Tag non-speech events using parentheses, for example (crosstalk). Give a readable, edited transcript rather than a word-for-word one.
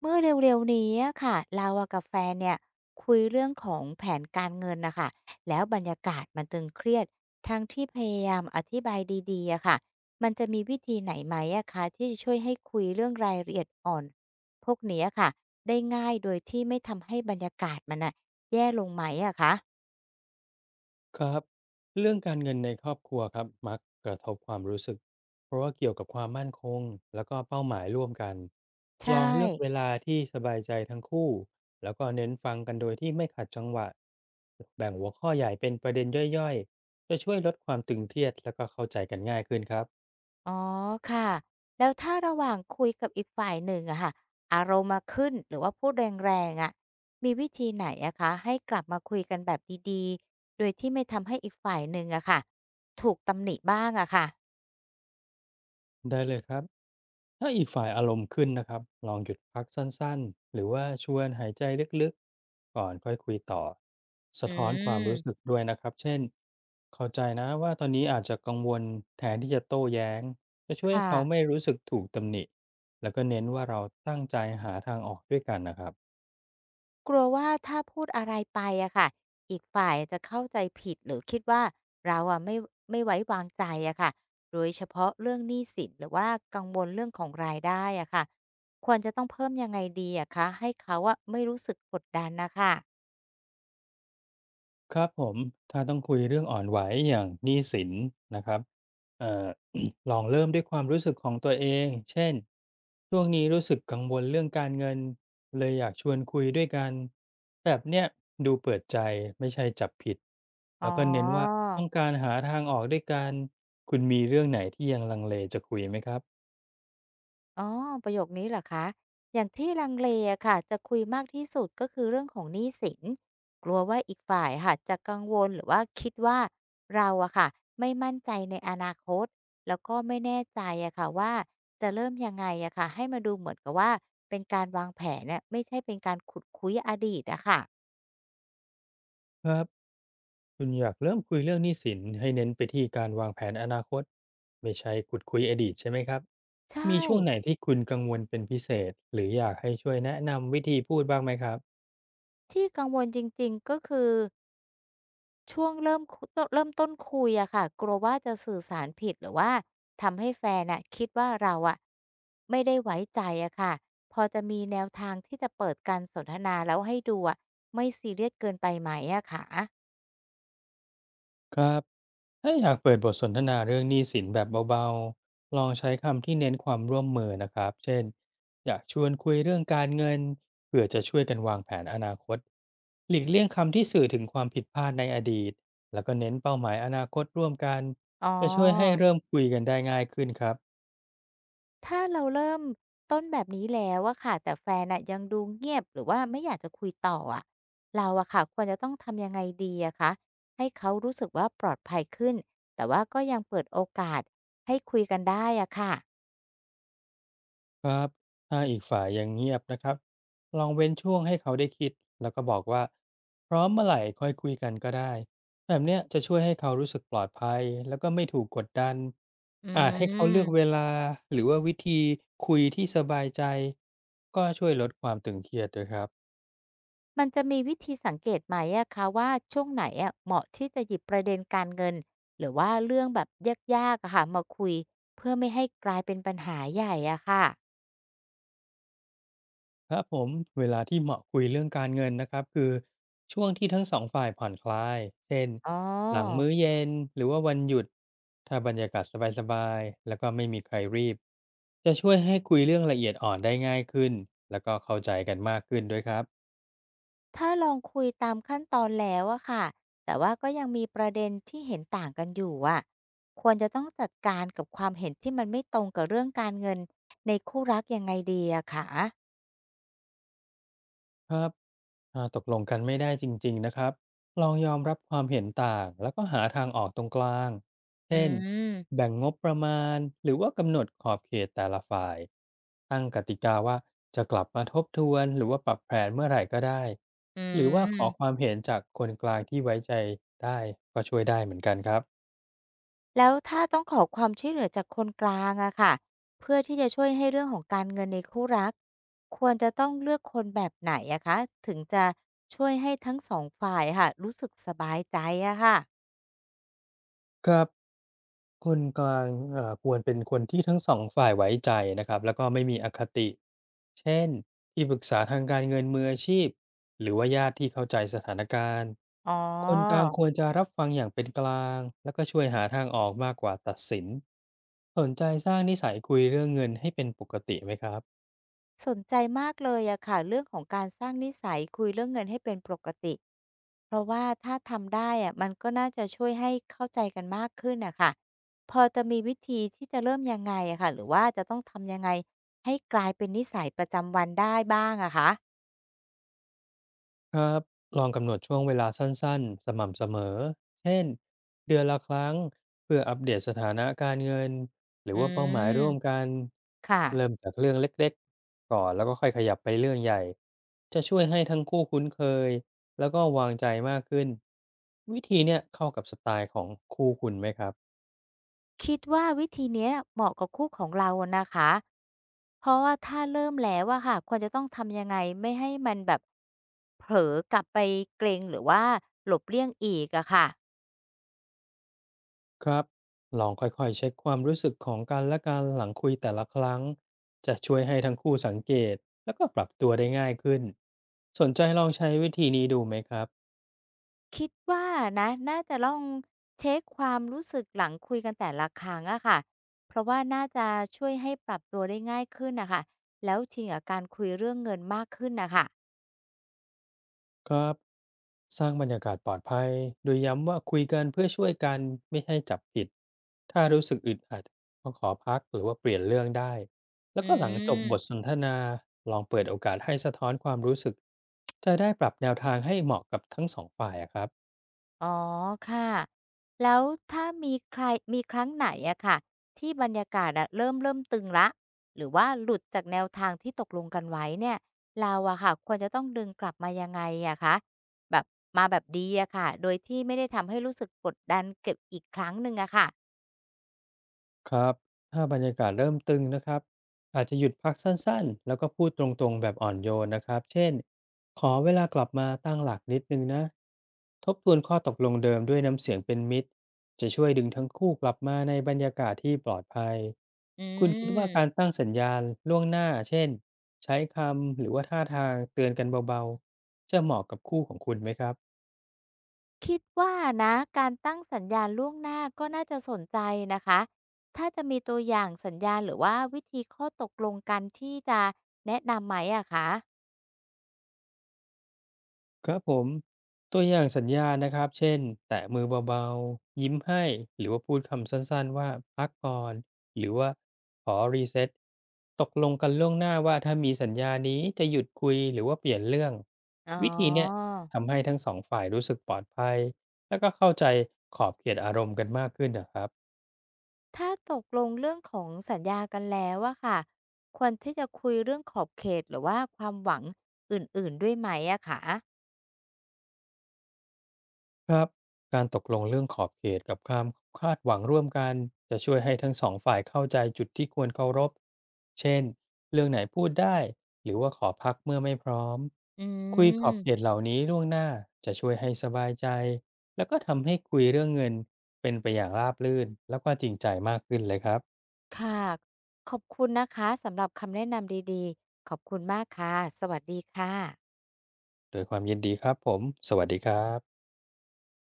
เมื่อเร็วๆนี้อะค่ะเราอะกับแฟนเนี่ยคุยเรื่องของแผนการเงินนะคะแล้วบรรยากาศมันตึงเครียดทั้งที่พยายามอธิบายดีๆอะค่ะมันจะมีวิธีไหนไหมอะคะที่จะช่วยให้คุยเรื่องรายละเอียดอ่อนพวกนี้อะค่ะได้ง่ายโดยที่ไม่ทำให้บรรยากาศมันอะแย่ลงไหมอะคะครับเรื่องการเงินในครอบครัวครับมักกระทบความรู้สึกเพราะว่าเกี่ยวกับความมั่นคงแล้วก็เป้าหมายร่วมกันใช่ ลองเลือกเวลาที่สบายใจทั้งคู่แล้วก็เน้นฟังกันโดยที่ไม่ขัดจังหวะแบ่งหัวข้อใหญ่เป็นประเด็นย่อยๆจะช่วยลดความตึงเครียดแล้วก็เข้าใจกันง่ายขึ้นครับ อ๋อค่ะแล้วถ้าระหว่างคุยกับอีกฝ่ายหนึ่งอะค่ะอารมณ์มาขึ้นหรือว่าพูดแรงๆอะมีวิธีไหนอะคะให้กลับมาคุยกันแบบดีๆโดยที่ไม่ทำให้อีกฝ่ายหนึ่งอะค่ะถูกตำหนิบ้างอะค่ะได้เลยครับถ้าอีกฝ่ายอารมณ์ขึ้นนะครับลองหยุดพักสั้นๆ หรือว่าชวนหายใจลึกๆก่อนค่อยคุยต่อ สะอืท้อนความรู้สึกมด้วยนะครับ เช่น เข้าใจนะว่าตอนนี้อาจจะกังวลแทนที่จะโต้แย้งจะช่ควยให้เขาไม่่ะ รู้สึกถูกตำหนิแล้วก็เน้นว่าเราตั้งใจหาทางออกด้วยกันนะครับ กลัวว่าถ้าพูดอะไรไปอะค่ะ อีกฝ่ายจะเข้าใจผิดหรือคิดว่าเราอะไม่ไว้วางใจอะค่ะโดยเฉพาะเรื่องหนี้สินหรือว่ากังวลเรื่องของรายได้อะค่ะ ควรจะต้องเพิ่มยังไงดีอะคะให้เขาอะไม่รู้สึกกดดันนะคะ ครับผมถ้าต้องคุยเรื่องอ่อนไหวอย่างหนี้สินนะครับเอ่อ (coughs) (clears throat) ลองเริ่มด้วยความรู้สึกของตัวเองเช่นช่วงนี้รู้สึกกังวลเรื่องการเงินเลยอยากชวนคุยด้วยกันแบบเนี้ยดูเปิดใจไม่ใช่จับผิดอ๋อ แล้วก็เน้นว่าต้องการหาทางออกด้วยกันคุณมีเรื่องไหนที่ยังลังเลจะคุยไหมครับอ๋อประโยคนี้เหรอคะอย่างที่ลังเลอะค่ะจะคุยมากที่สุดก็คือเรื่องของหนี้สินกลัวว่าอีกฝ่ายค่ะจะกังวลหรือว่าคิดว่าเราอะค่ะไม่มั่นใจในอนาคตแล้วก็ไม่แน่ใจอะค่ะว่าจะเริ่มยังไงอะค่ะให้มาดูเหมือนกับว่าเป็นการวางแผนเน่ยไม่ใช่เป็นการขุดคุ้ยอดีตอะค่ะครับ คุณอยากเริ่มคุยเรื่องหนี้สินให้เน้นไปที่การวางแผนอนาคตไม่ใช่ขุดคุยอดีตใช่ไหมครับใช่มีช่วงไหนที่คุณกังวลเป็นพิเศษหรืออยากให้ช่วยแนะนำวิธีพูดบ้างไหมครับ ที่กังวลจริงๆก็คือ ช่วงเริ่มคุตเริ่มต้นคุยอะค่ะกลัวว่าจะสื่อสารผิดหรือว่าทำให้แฟนน่ะคิดว่าเราอะไม่ได้ไว้ใจอะค่ะพอจะมีแนวทางที่จะเปิดการสนทนาแล้วให้ดูอะไม่ซีเรียสเกินไปไหมอะคะครับถ้าอยากเปิดบทสนทนาเรื่องหนี้สินแบบเบาๆลองใช้คำที่เน้นความร่วมมือนะครับเช่นอยากชวนคุยเรื่องการเงินเพื่อจะช่วยกันวางแผนอนาคตหลีกเลี่ยงคำที่สื่อถึงความผิดพลาดในอดีตแล้วก็เน้นเป้าหมายอนาคตร่วมกันอ๋จะช่วยให้อเริ่มคุยกันได้ง่ายขึ้นครับ ถ้าเราเริ่มต้นแบบนี้แล้วอะค่ะแต่แฟนน่ะยังดูเงียบหรือว่าไม่อยากจะคุยต่ออะเราอะค่ะควรจะต้องทำยังไงดีอะคะให้เขารู้สึกว่าปลอดภัยขึ้นแต่ว่าก็ยังเปิดโอกาสให้คุยกันได้อะค่ะ ครับถ้าอีกฝ่ายยังเงียบนะครับลองเว้นช่วงให้เขาได้คิดแล้วก็บอกว่าพร้อมเมื่อไหร่ค่อยคุยกันก็ได้แบบเนี้ยจะช่วยให้เขารู้สึกปลอดภัยแล้วก็ไม่ถูกกดดันอือาจให้เขาเลือกเวมลาหรือว่าวิธีคุยที่สบายใจก็ช่วยลดความตึงเครียดด้วยครับ มันจะมีวิธีสังเกตไหมอะคะว่าช่วงไหนอะเหมาะที่จะหยิบประเด็นการเงินหรือว่าเรื่องแบบยากๆอะค่ะมาคุยเพื่อไม่ให้กลายเป็นปัญหาใหญ่อะค่ะครับผมเวลาที่เหมาะคุยเรื่องการเงินนะครับคือช่วงที่ทั้งสองฝ่ายผ่อนคลายเช่นอ๋หลังอมื้อเย็นหรือว่าวันหยุดถ้าบรรยากาศสบายๆแล้วก็ไม่มีใครรีบจะช่วยให้คุยเรื่องละเอียดอ่อนได้ง่ายขึ้นแล้วก็เข้าใจกันมากขึ้นด้วยครับ ถ้าลองคุยตามขั้นตอนแล้วอะค่ะแต่ว่าก็ยังมีประเด็นที่เห็นต่างกันอยู่อะควรจะต้องจัดการกับความเห็นที่มันไม่ตรงกับเรื่องการเงินในคู่รักยังไงดีอะคะครับถ้าตกลงกันไม่ได้จริงๆ นะครับ ลองยอมรับความเห็นต่าง แล้วก็หาทางออกตรงกลางอืเช่นมแบ่งงบประมาณหรือว่ากำหนดขอบเขตแต่ละฝ่ายตั้งกติกาว่าจะกลับมาทบทวนหรือว่าปรับแผนเมื่อไหร่ก็ได้อืหรือว่าขอความ มเห็นจากคนกลางที่ไว้ใจได้ก็ช่วยได้เหมือนกันครับ แล้วถ้าต้องขอความช่วยเหลือจากคนกลางอะค่ะเพื่อที่จะช่วยให้เรื่องของการเงินในคู่รักควรจะต้องเลือกคนแบบไหนอะคะถึงจะช่วยให้ทั้งสองฝ่ายค่ะรู้สึกสบายใจอะค่ะครับคนกลางควรเป็นคนที่ทั้งสองฝ่ายไว้ใจนะครับแล้วก็ไม่มีอคติเช่นที่ปรึกษาทางการเงินมืออาชีพหรือว่าญาติที่เข้าใจสถานการณ์อ๋อ คนกลางควรจะรับฟังอย่างเป็นกลางแล้วก็ช่วยหาทางออกมากกว่าตัดสินสนใจสร้างนิสัยคุยเรื่องเงินให้เป็นปกติไหมครับ สนใจมากเลยอะค่ะเรื่องของการสร้างนิสัยคุยเรื่องเงินให้เป็นปกติเพราะว่าถ้าทำได้อะมันก็น่าจะช่วยให้เข้าใจกันมากขึ้นอะค่ะพอจะมีวิธีที่จะเริ่มยังไงอะค่ะหรือว่าจะต้องทำยังไงให้กลายเป็นนิสัยประจำวันได้บ้างอะคะครับลองกำหนดช่วงเวลาสั้นๆสม่ำเสมอเช่นเดือนละครั้งเพื่ออัปเดตสถานะการเงินหรืออืว่าเป้าหมมายร่วมกันค่ะ เริ่มจากเรื่องเล็กๆก่อนแล้วก็ค่อยขยับไปเรื่องใหญ่จะช่วยให้ทั้งคู่คุ้นเคยแล้วก็วางใจมากขึ้นวิธีเนี่ยเข้ากับสไตล์ของคู่คุณไหมครับ คิดว่าวิธีเนี้ยเหมาะกับคู่ของเราอะนะคะเพราะว่าถ้าเริ่มแล้วอะค่ะควรจะต้องทำยังไงไม่ให้มันแบบเผลอกลับไปเกรงหรือว่าหลบเลี่ยงอีกอะค่ะครับลองค่อยๆเช็คความรู้สึกของกันและกันหลังคุยแต่ละครั้งจะช่วยให้ทั้งคู่สังเกตแล้วก็ปรับตัวได้ง่ายขึ้นสนใจลองใช้วิธีนี้ดูไหมครับคิดว่านะน่าจะลองเช็คความรู้สึกหลังคุยกันแต่ละครั้งอะค่ะเพราะว่าน่าจะช่วยให้ปรับตัวได้ง่ายขึ้นนะคะแล้วชิงกับการคุยเรื่องเงินมากขึ้นนะค่ะครับสร้างบรรยากาศปลอดภัยโดยย้ำว่าคุยกันเพื่อช่วยกันไม่ให้จับผิดถ้ารู้สึกอึดอัดก็ขอพักหรือว่าเปลี่ยนเรื่องได้แล้อืวก็หลังจบบทม สนทนาลองเปิดโอกาสให้สะท้อนความรู้สึกจะได้ปรับแนวทางให้เหมาะกับทั้งสองฝ่ายอะครับ อ๋อค่ะแล้วถ้ามีใครมีครั้งไหนอะค่ะที่บรรยากาศอะเริ่มตึงแล้วหรือว่าหลุดจากแนวทางที่ตกลงกันไว้เนี่ยเราอะค่ะควรจะต้องดึงกลับมายังไงอะคะแบบมาแบบดีอะค่ะโดยที่ไม่ได้ทำให้รู้สึกกดดันเก็บอีกครั้งหนึ่งอะค่ะครับถ้าบรรยากาศเริ่มตึงนะครับอาจจะหยุดพักสั้นๆแล้วก็พูดตรงๆแบบอ่อนโยนนะครับเช่นขอเวลากลับมาตั้งหลักนิดนึงนะทบทวนข้อตกลงเดิมด้วยน้ำเสียงเป็นมิตรจะช่วยดึงทั้งคู่กลับมาในบรรยากาศที่ปลอดภัยอืคุณคิดว่ามการตั้งสัญญาณล่วงหน้าเช่นใช้คำหรือว่าท่าทางเตือนกันเบาๆจะเหมาะกับคู่ของคุณไหมครับ คิดว่านะการตั้งสัญญาณล่วงหน้าก็น่าจะสนใจนะคะถ้าจะมีตัวอย่างสัญญาณหรือว่าวิธีข้อตกลงกันที่จะแนะนำไหมอะคะ ครับผมตัวอย่างสัญญาณนะครับเช่นแตะมือเบาๆยิ้มให้หรือว่าพูดคำสั้นๆว่าพักก่อนหรือว่าขอรีเซ็ตตกลงกันล่วงหน้าว่าถ้ามีสัญญานี้จะหยุดคุยหรือว่าเปลี่ยนเรื่องอ๋อ วิธีเนี้ยทำให้ทั้งสองฝ่ายรู้สึกปลอดภัยแล้วก็เข้าใจขอบเขตอารมณ์กันมากขึ้นนะครับ ถ้าตกลงเรื่องของสัญญากันแล้วอะค่ะ ควรที่จะคุยเรื่องขอบเขตหรือว่าความหวังอื่นๆด้วยไหมอะคะครับการตกลงเรื่องขอบเขตกับความคาดหวังร่วมกันจะช่วยให้ทั้งสองฝ่ายเข้าใจจุดที่ควรเคารพเช่นเรื่องไหนพูดได้หรือว่าขอพักเมื่อไม่พร้อมอืคุยขอบเขตม เหล่านี้ล่วงหน้าจะช่วยให้สบายใจแล้วก็ทำให้คุยเรื่องเงินเป็นไปอย่างราบรื่นแล้วก็จริงใจมากขึ้นเลยครับค่ะ ขอบคุณนะคะสำหรับคำแนะนำดีๆ ขอบคุณมากค่ะ สวัสดีค่ะโดยความยินดีครับผมสวัสดีครับ